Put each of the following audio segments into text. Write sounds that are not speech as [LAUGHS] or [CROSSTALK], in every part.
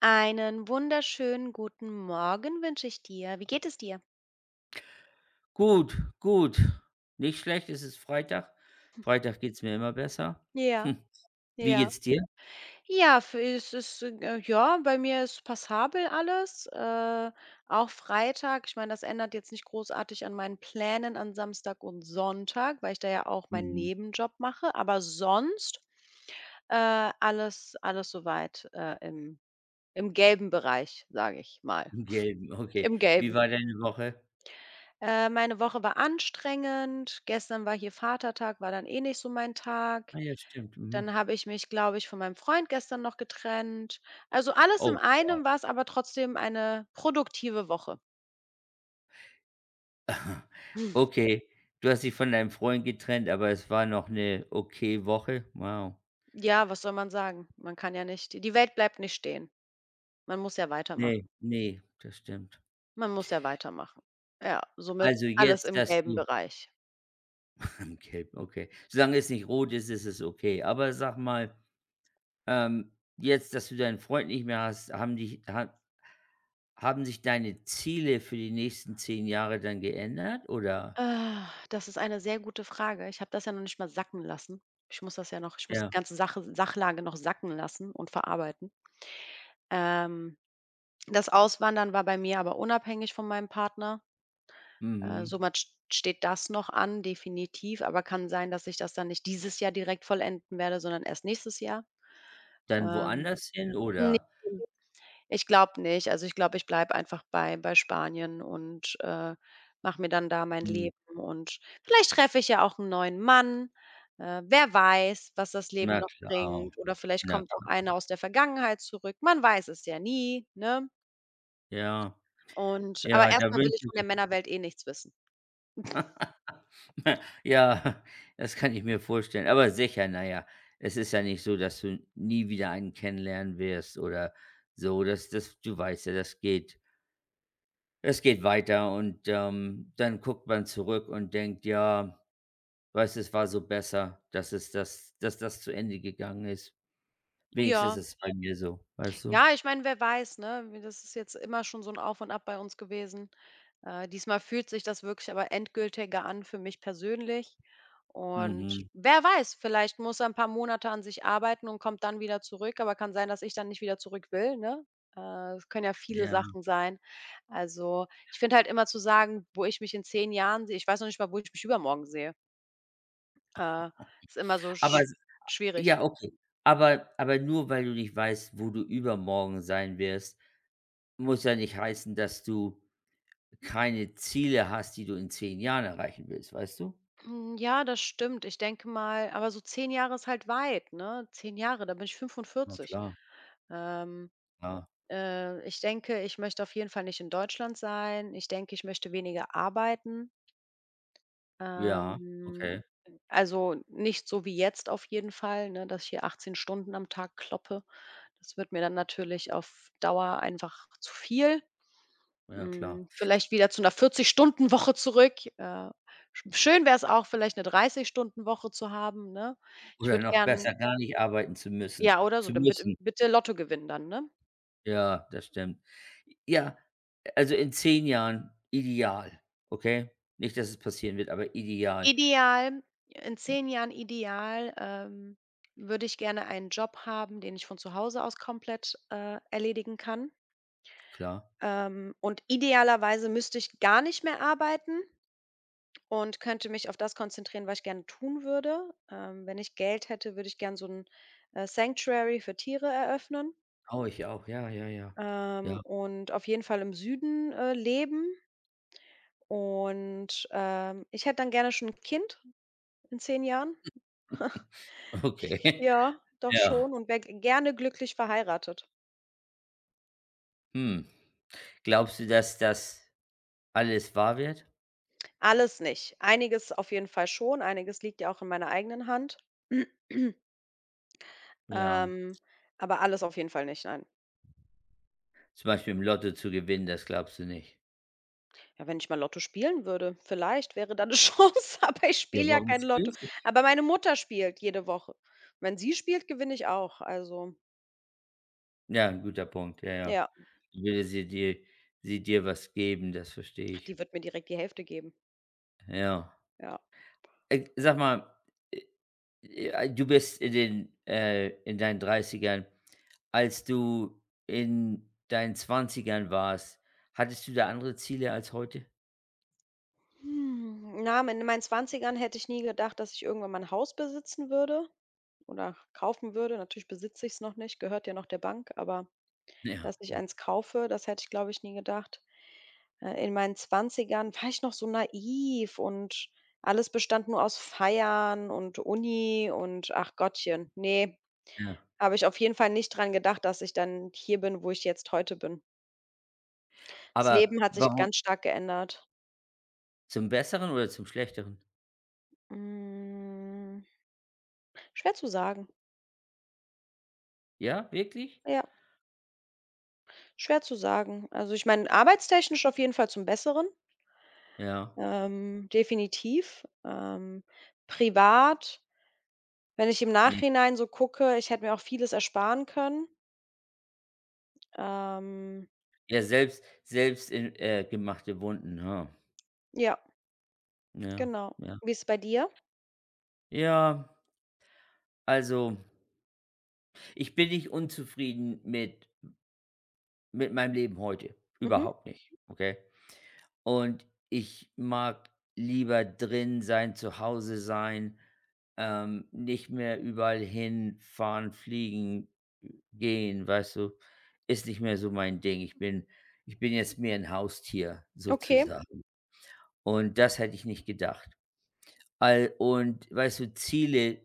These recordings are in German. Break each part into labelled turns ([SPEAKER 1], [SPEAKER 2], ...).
[SPEAKER 1] Einen wunderschönen guten Morgen wünsche ich dir. Wie geht es dir?
[SPEAKER 2] Gut, gut. Nicht schlecht, es ist Freitag. Freitag geht's mir immer besser.
[SPEAKER 1] Ja,
[SPEAKER 2] Hm. Wie
[SPEAKER 1] ja.
[SPEAKER 2] geht's dir?
[SPEAKER 1] Ja, für es ist, ja, bei mir ist passabel alles, auch Freitag. Ich meine, das ändert jetzt nicht großartig an meinen Plänen an Samstag und Sonntag, weil ich da ja auch meinen Nebenjob mache, aber sonst, alles soweit äh, im im gelben Bereich, sage ich mal.
[SPEAKER 2] Im Gelben, okay.
[SPEAKER 1] Im
[SPEAKER 2] Wie
[SPEAKER 1] Gelben.
[SPEAKER 2] war deine Woche?
[SPEAKER 1] Meine Woche war anstrengend. Gestern war hier Vatertag, war dann eh nicht so mein Tag.
[SPEAKER 2] Ah ja, stimmt. Mhm.
[SPEAKER 1] Dann habe ich mich, glaube ich, von meinem Freund gestern noch getrennt. Also, alles in
[SPEAKER 2] Oh Gott.
[SPEAKER 1] einem war es, aber trotzdem eine produktive Woche.
[SPEAKER 2] [LAUGHS] Okay, du hast dich von deinem Freund getrennt, aber es war noch eine okay Woche? Wow.
[SPEAKER 1] Ja, was soll man sagen? Man kann ja nicht die Welt bleibt nicht stehen. Man muss ja
[SPEAKER 2] Ne,
[SPEAKER 1] weitermachen.
[SPEAKER 2] ne, das stimmt.
[SPEAKER 1] Man muss ja weitermachen. Ja, somit
[SPEAKER 2] Also
[SPEAKER 1] alles
[SPEAKER 2] jetzt,
[SPEAKER 1] im
[SPEAKER 2] dass
[SPEAKER 1] gelben
[SPEAKER 2] du
[SPEAKER 1] Bereich.
[SPEAKER 2] [LAUGHS] im Gelben, okay. Solange es nicht rot ist, ist es okay. Aber sag mal, jetzt, dass du deinen Freund nicht mehr hast, haben dich ha haben sich deine Ziele für die nächsten 10 Jahre dann geändert, oder?
[SPEAKER 1] Ah, das ist eine sehr gute Frage. Ich habe das ja noch nicht mal sacken lassen. Ich muss das ja noch ich muss die
[SPEAKER 2] Ja,
[SPEAKER 1] ganze Sache Sachlage noch sacken lassen und verarbeiten. Ähm, das Auswandern war bei mir aber unabhängig von meinem Partner. Äh,
[SPEAKER 2] mhm.
[SPEAKER 1] somit st steht das noch an, definitiv, aber kann sein, dass ich das dann nicht dieses Jahr direkt vollenden werde, sondern erst nächstes Jahr.
[SPEAKER 2] Dann
[SPEAKER 1] Ähm,
[SPEAKER 2] woanders hin,
[SPEAKER 1] ne,
[SPEAKER 2] oder?
[SPEAKER 1] ich glaube nicht. Also, ich glaube, ich bleibe einfach bei Spanien und, mache mir dann da mein
[SPEAKER 2] Hm,
[SPEAKER 1] Leben und vielleicht treffe ich ja auch einen neuen Mann. Wer weiß, was das Leben
[SPEAKER 2] na
[SPEAKER 1] noch
[SPEAKER 2] klar,
[SPEAKER 1] bringt oder vielleicht
[SPEAKER 2] na
[SPEAKER 1] kommt auch
[SPEAKER 2] klar.
[SPEAKER 1] einer aus der Vergangenheit zurück. Man weiß es ja nie, ne?
[SPEAKER 2] Ja,
[SPEAKER 1] Und aber
[SPEAKER 2] ja, da
[SPEAKER 1] erstmal will
[SPEAKER 2] wünsche
[SPEAKER 1] ich von der
[SPEAKER 2] ich
[SPEAKER 1] Männerwelt eh nichts wissen.
[SPEAKER 2] [LAUGHS] ja, das kann ich mir vorstellen. Aber sicher, na ja, es ist ja nicht so, dass du nie wieder einen kennenlernen wirst oder so. Das du weißt ja, das geht. Es geht weiter und, dann guckt man zurück und denkt: „Ja, weißt du, es war so besser, dass das zu Ende gegangen ist." Wenigstens
[SPEAKER 1] Ja.
[SPEAKER 2] ist es bei mir so, weißt du?
[SPEAKER 1] Ja, ich meine, wer weiß, ne? Wie das ist jetzt immer schon so ein Auf und Ab bei uns gewesen. Diesmal fühlt sich das wirklich aber endgültiger an für mich persönlich. Und
[SPEAKER 2] Mhm,
[SPEAKER 1] wer weiß, vielleicht muss er ein paar Monate an sich arbeiten und kommt dann wieder zurück, aber kann sein, dass ich dann nicht wieder zurück will, ne? Es können ja viele
[SPEAKER 2] ja.
[SPEAKER 1] Sachen sein. Also, ich finde halt immer zu sagen, wo ich mich in 10 Jahren sehe ich weiß noch nicht mal, wo ich mich übermorgen sehe. Äh, ist immer so
[SPEAKER 2] Aber s
[SPEAKER 1] schwierig.
[SPEAKER 2] Ja, okay. Aber nur weil du nicht weißt, wo du übermorgen sein wirst, muss ja nicht heißen, dass du keine Ziele hast, die du in 10 Jahren erreichen willst, weißt du?
[SPEAKER 1] Ja, das stimmt. Ich denke mal aber so 10 Jahre ist halt weit, ne? 10 Jahre, da bin ich
[SPEAKER 2] Na
[SPEAKER 1] 45.
[SPEAKER 2] klar,
[SPEAKER 1] Ähm,
[SPEAKER 2] ja.
[SPEAKER 1] ich denke, ich möchte auf jeden Fall nicht in Deutschland sein. Ich denke, ich möchte weniger arbeiten.
[SPEAKER 2] Ja,
[SPEAKER 1] Ähm,
[SPEAKER 2] okay.
[SPEAKER 1] also nicht so wie jetzt auf jeden Fall, ne, dass ich hier 18 Stunden am Tag kloppe. Das wird mir dann natürlich auf Dauer einfach zu viel.
[SPEAKER 2] Ja, klar.
[SPEAKER 1] Vielleicht wieder zu 'ner 40-Stunden-Woche zurück. Schön wär's auch, vielleicht 'ne 30-Stunden-Woche zu haben, ne? Ich
[SPEAKER 2] Oder
[SPEAKER 1] würde
[SPEAKER 2] noch
[SPEAKER 1] gern
[SPEAKER 2] besser, gar nicht arbeiten zu müssen
[SPEAKER 1] ja, oder so,
[SPEAKER 2] zu
[SPEAKER 1] dann bitte
[SPEAKER 2] müssen.
[SPEAKER 1] bitte Lotto gewinnen dann, ne?
[SPEAKER 2] Ja, das stimmt. Ja, also in 10 Jahren ideal, okay? Nicht, dass es passieren wird, aber ideal,
[SPEAKER 1] Ideal in 10 Jahren ideal, würde ich gerne einen Job haben, den ich von zu Hause aus komplett, erledigen kann.
[SPEAKER 2] klar.
[SPEAKER 1] Und idealerweise müsste ich gar nicht mehr arbeiten. Und könnte mich auf das konzentrieren, was ich gerne tun würde. Wenn ich Geld hätte, würde ich gern so ein Sanctuary für Tiere eröffnen,
[SPEAKER 2] Oh, ich auch, ja, ja, ja. Ja,
[SPEAKER 1] und auf jeden Fall im Süden, leben. Und, ich hätte dann gerne schon 'n Kind in 10 Jahren. [LAUGHS]
[SPEAKER 2] [LAUGHS] okay. [LAUGHS]
[SPEAKER 1] Ja, doch
[SPEAKER 2] Ja.
[SPEAKER 1] schon und wäre gerne glücklich verheiratet.
[SPEAKER 2] Hm. Glaubst du, dass das alles wahr wird?
[SPEAKER 1] Alles nicht. Einiges auf jeden Fall schon. Einiges liegt ja auch in meiner eigenen Hand. [CLEARS THROAT]
[SPEAKER 2] Ja.
[SPEAKER 1] Ähm, aber alles auf jeden Fall nicht, nein.
[SPEAKER 2] Zum Beispiel im Lotto zu gewinnen, das glaubst du nicht.
[SPEAKER 1] Ja, wenn ich mal Lotto spielen würde, vielleicht wäre da eine [LAUGHS] Chance, aber ich
[SPEAKER 2] Ja,
[SPEAKER 1] spiele ja
[SPEAKER 2] warum
[SPEAKER 1] kein Lotto.
[SPEAKER 2] spielst du?
[SPEAKER 1] Aber meine Mutter spielt jede Woche. Wenn sie spielt, gewinne ich auch. Also,
[SPEAKER 2] Ja, ein guter Punkt, ja, ja.
[SPEAKER 1] ja,
[SPEAKER 2] Würde sie dir was geben, das verstehe
[SPEAKER 1] ach,
[SPEAKER 2] ich.
[SPEAKER 1] die wird mir direkt die Hälfte geben.
[SPEAKER 2] Ja.
[SPEAKER 1] Ja.
[SPEAKER 2] Sag mal, äh ja, du bist in deinen Dreißigern. Als du in deinen Zwanzigern warst, hattest du da andere Ziele als heute?
[SPEAKER 1] Na, in meinen Zwanzigern hätte ich nie gedacht, dass ich irgendwann mal ein Haus besitzen würde oder kaufen würde. Natürlich besitze ich es noch nicht, gehört ja noch der Bank, aber
[SPEAKER 2] Ja,
[SPEAKER 1] dass ich
[SPEAKER 2] ja,
[SPEAKER 1] eins kaufe, das hätte ich, glaube ich, nie gedacht. In meinen Zwanzigern war ich noch so naiv und alles bestand nur aus Feiern und Uni und ach Gottchen, nee,
[SPEAKER 2] ja.
[SPEAKER 1] habe ich auf jeden Fall nicht dran gedacht, dass ich dann hier bin, wo ich jetzt heute bin. Das Leben
[SPEAKER 2] Aber
[SPEAKER 1] hat sich
[SPEAKER 2] warum?
[SPEAKER 1] ganz stark geändert.
[SPEAKER 2] Zum Besseren oder zum Schlechteren?
[SPEAKER 1] Hm, schwer zu sagen.
[SPEAKER 2] Ja, wirklich?
[SPEAKER 1] Ja, schwer zu sagen. Also, ich meine, arbeitstechnisch auf jeden Fall zum Besseren,
[SPEAKER 2] Ja,
[SPEAKER 1] definitiv. Privat, wenn ich im
[SPEAKER 2] ne.
[SPEAKER 1] Nachhinein so gucke, ich hätte mir auch vieles ersparen können. Ähm,
[SPEAKER 2] Ja, selbst in gemachte Wunden, ja.
[SPEAKER 1] ja,
[SPEAKER 2] Ja,
[SPEAKER 1] genau.
[SPEAKER 2] ja.
[SPEAKER 1] Wie ist es bei dir?
[SPEAKER 2] Ja, also, ich bin nicht unzufrieden mit meinem Leben heute,
[SPEAKER 1] Mhm.
[SPEAKER 2] überhaupt nicht, okay? Und ich mag lieber drin sein, zu Hause sein, nicht mehr überall hinfahren, fliegen, gehen, weißt du? Ist nicht mehr so mein Ding. Ich bin jetzt mehr ein Haustier
[SPEAKER 1] Okay.
[SPEAKER 2] sozusagen. Und das hätte ich nicht gedacht. All Und weißt du, Ziele,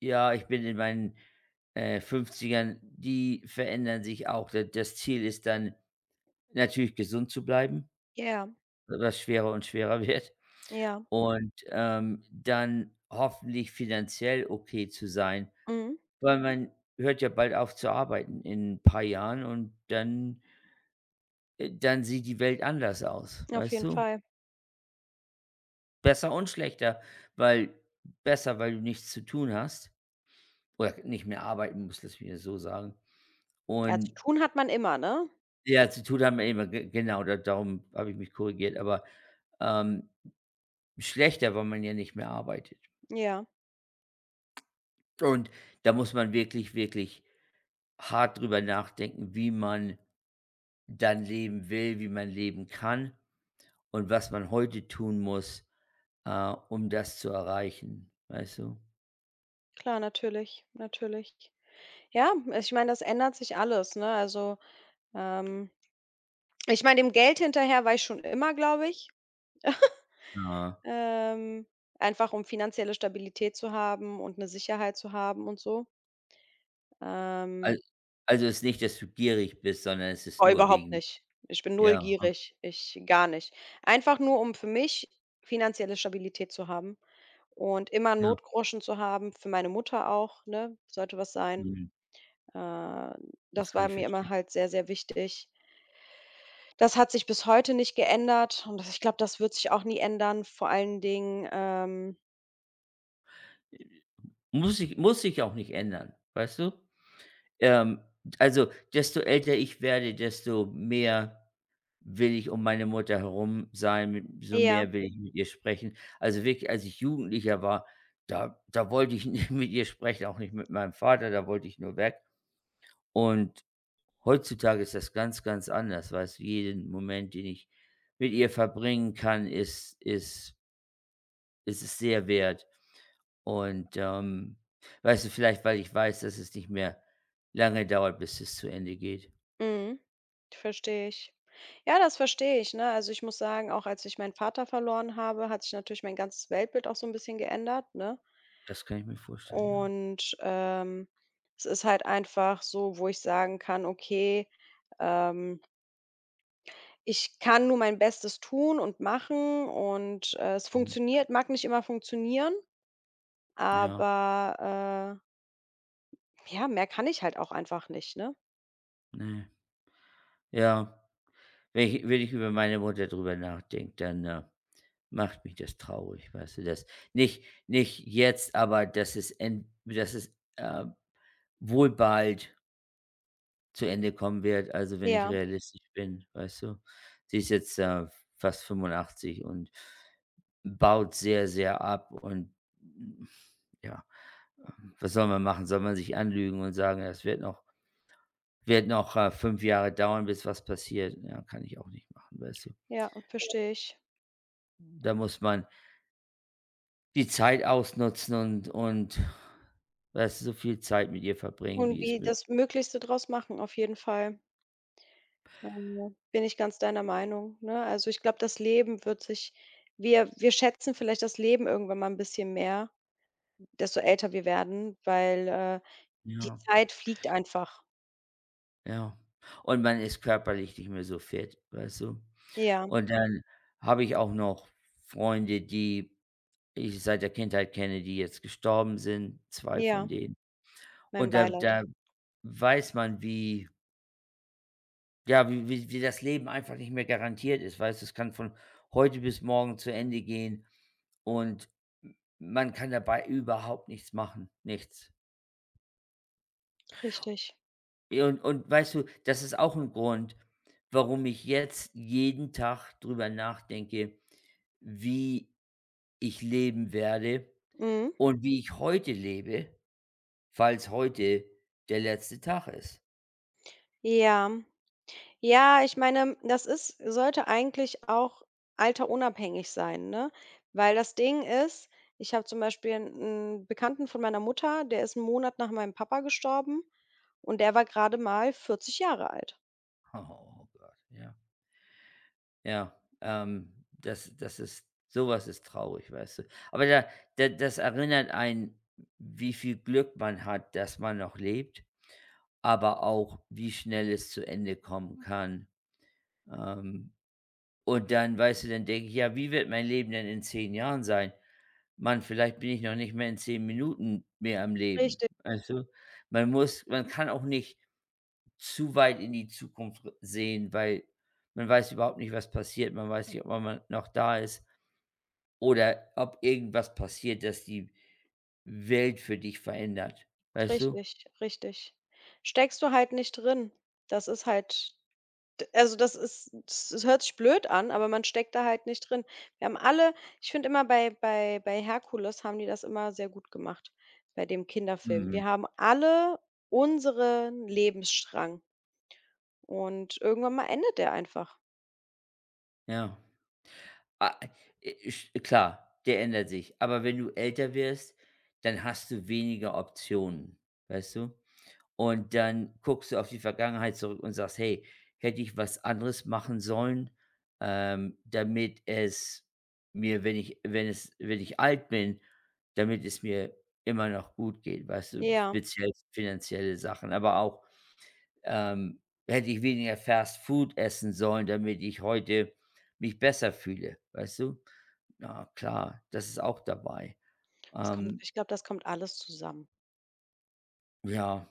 [SPEAKER 2] ja, ich bin in meinen, 50ern, die verändern sich auch. Da das Ziel ist dann natürlich gesund zu bleiben,
[SPEAKER 1] Ja,
[SPEAKER 2] was schwerer und schwerer wird.
[SPEAKER 1] ja.
[SPEAKER 2] Und, dann hoffentlich finanziell okay zu sein,
[SPEAKER 1] Mhm.
[SPEAKER 2] weil man hört ja bald auf zu arbeiten in ein paar Jahren und dann sieht die Welt anders aus,
[SPEAKER 1] Auf
[SPEAKER 2] weißt
[SPEAKER 1] jeden
[SPEAKER 2] du?
[SPEAKER 1] Fall.
[SPEAKER 2] Besser und schlechter, weil besser, weil du nichts zu tun hast oder nicht mehr arbeiten musst, lass mich das so sagen.
[SPEAKER 1] Ja,
[SPEAKER 2] Und
[SPEAKER 1] zu tun hat man immer, ne?
[SPEAKER 2] ja, zu tun haben wir immer, ge genau, da darum habe ich mich korrigiert, aber, ähm, schlechter, weil man ja nicht mehr arbeitet.
[SPEAKER 1] Ja,
[SPEAKER 2] Und da muss man wirklich, wirklich hart drüber nachdenken, wie man dann leben will, wie man leben kann und was man heute tun muss, äh, um das zu erreichen, weißt du?
[SPEAKER 1] klar, natürlich, natürlich. Ja, ich meine, das ändert sich alles, ne? Also, ähm, ich meine, dem Geld hinterher war ich schon immer, glaube ich.
[SPEAKER 2] Ja.
[SPEAKER 1] Ähm, einfach um finanzielle Stabilität zu haben und eine Sicherheit zu haben und so. Ähm
[SPEAKER 2] Al also, es ist nicht, dass du gierig bist, sondern es ist
[SPEAKER 1] Boah,
[SPEAKER 2] nur
[SPEAKER 1] überhaupt
[SPEAKER 2] wegen.
[SPEAKER 1] nicht. Ich bin null
[SPEAKER 2] Ja,
[SPEAKER 1] gierig. Ich gar nicht. Einfach nur, um für mich finanzielle Stabilität zu haben und immer 'n
[SPEAKER 2] ja,
[SPEAKER 1] Notgroschen zu haben, für meine Mutter auch, ne, sollte was sein.
[SPEAKER 2] mhm,
[SPEAKER 1] Äh,
[SPEAKER 2] das
[SPEAKER 1] das
[SPEAKER 2] kann
[SPEAKER 1] war
[SPEAKER 2] ich
[SPEAKER 1] mir immer
[SPEAKER 2] verstehen.
[SPEAKER 1] halt sehr, sehr wichtig. Das hat sich bis heute nicht geändert und das ich glaube, das wird sich auch nie ändern. Vor allen Dingen,
[SPEAKER 2] Muss sich auch nicht ändern, weißt du? Ähm, also, desto älter ich werde, desto mehr will ich um meine Mutter herum sein, mit so
[SPEAKER 1] ja,
[SPEAKER 2] mehr will ich mit ihr sprechen. Also, wirklich, als ich Jugendlicher war, da wollte ich [LAUGHS] nicht mit ihr sprechen, auch nicht mit meinem Vater, da wollte ich nur weg. Und heutzutage ist das ganz, ganz anders, weißt du? Jeden Moment, den ich mit ihr verbringen kann, ist ist es sehr wert. Und, weißt du, vielleicht, weil ich weiß, dass es nicht mehr lange dauert, bis es zu Ende geht.
[SPEAKER 1] mhm, verstehe ich. Ja, das verstehe ich, ne? Also, ich muss sagen, auch als ich meinen Vater verloren habe, hat sich natürlich mein ganzes Weltbild auch so ein bisschen geändert, ne?
[SPEAKER 2] Das kann ich mir vorstellen, ja.
[SPEAKER 1] Und, es ist halt einfach so, wo ich sagen kann: „Okay, ähm, ich kann nur mein Bestes tun und machen und, es
[SPEAKER 2] Mhm.
[SPEAKER 1] funktioniert mag nicht immer funktionieren,
[SPEAKER 2] Ja,
[SPEAKER 1] aber, ja, mehr kann ich halt auch einfach nicht", ne?
[SPEAKER 2] ne. Ja, wenn ich über meine Mutter drüber nachdenke, dann, macht mich das traurig, weißt du, das? Nicht nicht jetzt, aber dass es, wohl bald zu Ende kommen wird, also wenn ich
[SPEAKER 1] Ja,
[SPEAKER 2] realistisch bin, weißt du? Sie ist jetzt, fast 85 und baut sehr, sehr ab und mm, ja, was soll man machen? Soll man sich anlügen und sagen: „Ja, es wird noch 5 Jahre dauern, bis was passiert." Ja, kann ich auch nicht machen, weißt du?
[SPEAKER 1] ja, verstehe ich.
[SPEAKER 2] Da muss man die Zeit ausnutzen und, weißt du, so viel Zeit mit ihr verbringen,
[SPEAKER 1] Und
[SPEAKER 2] wie es
[SPEAKER 1] wie
[SPEAKER 2] möglich.
[SPEAKER 1] das Möglichste draus machen, auf jeden Fall. Bin ich ganz deiner Meinung, ne? Also, ich glaube, das Leben wird sich wir schätzen vielleicht das Leben irgendwann mal ein bisschen mehr. Desto älter wir werden, weil, die
[SPEAKER 2] Ja,
[SPEAKER 1] Zeit fliegt einfach.
[SPEAKER 2] ja. Und man ist körperlich nicht mehr so fit, weißt du?
[SPEAKER 1] Ja,
[SPEAKER 2] Und dann habe ich auch noch Freunde, die ich seit der Kindheit kenne, die jetzt gestorben sind, zwei von
[SPEAKER 1] ja,
[SPEAKER 2] denen.
[SPEAKER 1] mein
[SPEAKER 2] Und da
[SPEAKER 1] Beileid.
[SPEAKER 2] da weiß man, wie ja, wie wie wie das Leben einfach nicht mehr garantiert ist, weißt du? Es kann von heute bis morgen zu Ende gehen und man kann dabei überhaupt nichts machen, nichts.
[SPEAKER 1] Richtig.
[SPEAKER 2] Ja, und weißt du, das ist auch ein Grund, warum ich jetzt jeden Tag drüber nachdenke, wie ich leben werde.
[SPEAKER 1] Mhm.
[SPEAKER 2] Und wie ich heute lebe, falls heute der letzte Tag ist. [LAUGHS]
[SPEAKER 1] Ja. Ja, ich meine, das ist sollte eigentlich auch alterunabhängig sein, ne? Weil das Ding ist, ich habe zum Beispiel einen Bekannten von meiner Mutter, der ist 'n Monat nach meinem Papa gestorben und der war gerade mal 40 Jahre alt.
[SPEAKER 2] Oh Gott, ja. Ja, das das ist sowas ist traurig, weißt du? Aber da da das erinnert einen, wie viel Glück man hat, dass man noch lebt, aber auch, wie schnell es zu Ende kommen kann. Ähm, und dann, weißt du, dann denke ich: „Ja, wie wird mein Leben denn in 10 Jahren sein? Mann, vielleicht bin ich noch nicht mehr in 10 Minuten mehr am Leben."
[SPEAKER 1] Richtig,
[SPEAKER 2] Also, man kann auch nicht zu weit in die Zukunft r sehen, weil man weiß überhaupt nicht, was passiert. Man weiß nicht, ob man noch da ist oder ob irgendwas passiert, das die Welt für dich verändert. Weißt du?
[SPEAKER 1] richtig, richtig. Steckst du halt nicht drin. Das ist halt D also, das ist das hört sich blöd an, aber man steckt da halt nicht drin. Wir haben alle ich finde immer bei Herkules haben die das immer sehr gut gemacht, bei dem Kinderfilm.
[SPEAKER 2] Mhm.
[SPEAKER 1] Wir haben alle unseren Lebensstrang und irgendwann mal endet der einfach.
[SPEAKER 2] Ja. Ah, sch klar, der ändert sich. Aber wenn du älter wirst, dann hast du weniger Optionen. Weißt du? Und dann guckst du auf die Vergangenheit zurück und sagst: „Hey, hätte ich was anderes machen sollen, damit es mir, wenn ich alt bin, damit es mir immer noch gut geht", weißt du?
[SPEAKER 1] Ja,
[SPEAKER 2] Speziell finanzielle Sachen, aber auch, ähm: „Hätte ich weniger Fast Food essen sollen, damit ich heute mich besser fühle", weißt du? Na klar, das ist auch dabei.
[SPEAKER 1] das kommt
[SPEAKER 2] Ähm
[SPEAKER 1] ich glaube, das kommt alles zusammen.
[SPEAKER 2] Ja,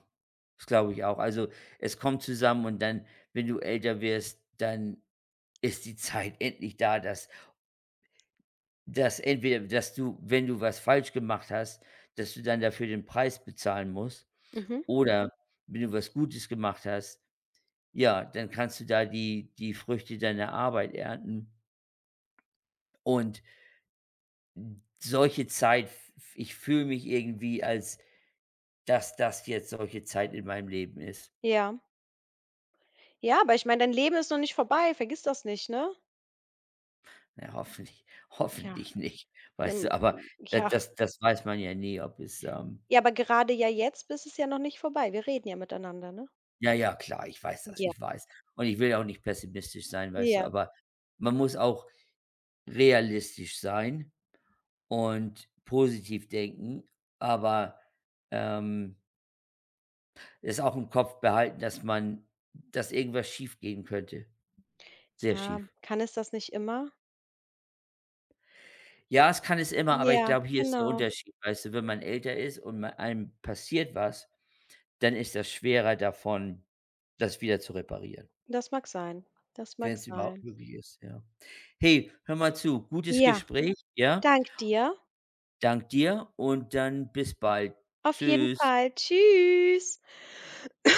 [SPEAKER 2] das glaube ich auch. Also, es kommt zusammen und dann, wenn du älter wirst, dann ist die Zeit endlich da, dass entweder dass du, wenn du was falsch gemacht hast, dass du dann dafür den Preis bezahlen musst
[SPEAKER 1] Mhm.
[SPEAKER 2] oder wenn du was Gutes gemacht hast, ja, dann kannst du da die Früchte deiner Arbeit ernten. Und solche Zeit ich fühle mich irgendwie, als dass das jetzt solche Zeit in meinem Leben ist.
[SPEAKER 1] Ja. Ja, aber ich meine, dein Leben ist noch nicht vorbei, vergiss das nicht, ne?
[SPEAKER 2] Ja, hoffentlich [LAUGHS]
[SPEAKER 1] Ja,
[SPEAKER 2] hoffentlich nicht,
[SPEAKER 1] ja,
[SPEAKER 2] weißt
[SPEAKER 1] m
[SPEAKER 2] du? Aber da
[SPEAKER 1] ja.
[SPEAKER 2] das das weiß man ja nie, ob es,
[SPEAKER 1] Ja, aber gerade ja jetzt ist es ja noch nicht vorbei. Wir reden ja miteinander, ne?
[SPEAKER 2] ja, ja, klar, ich weiß das,
[SPEAKER 1] Ja.
[SPEAKER 2] ich weiß. Und ich will ja auch nicht pessimistisch sein, weißt du,
[SPEAKER 1] Ja.
[SPEAKER 2] aber man muss auch realistisch sein und positiv denken, aber, ähm, es auch im Kopf behalten, dass irgendwas schiefgehen könnte. Sehr
[SPEAKER 1] Ja,
[SPEAKER 2] schief.
[SPEAKER 1] kann es das nicht immer?
[SPEAKER 2] Ja, es kann es immer, aber ich
[SPEAKER 1] Ja,
[SPEAKER 2] glaube, hier ist der
[SPEAKER 1] genau.
[SPEAKER 2] Unterschied, weißt du, wenn man älter ist und ma einem passiert was. Dann ist das schwerer davon, das wieder zu reparieren,
[SPEAKER 1] Das mag sein. Das mag
[SPEAKER 2] wenn es überhaupt
[SPEAKER 1] sein.
[SPEAKER 2] möglich ist, ja. Hey, hör mal zu, gutes
[SPEAKER 1] Ja,
[SPEAKER 2] Gespräch, ja?
[SPEAKER 1] dank dir.
[SPEAKER 2] Dank dir und dann bis bald.
[SPEAKER 1] Auf jeden
[SPEAKER 2] Tschüss.
[SPEAKER 1] Fall. Tschüss.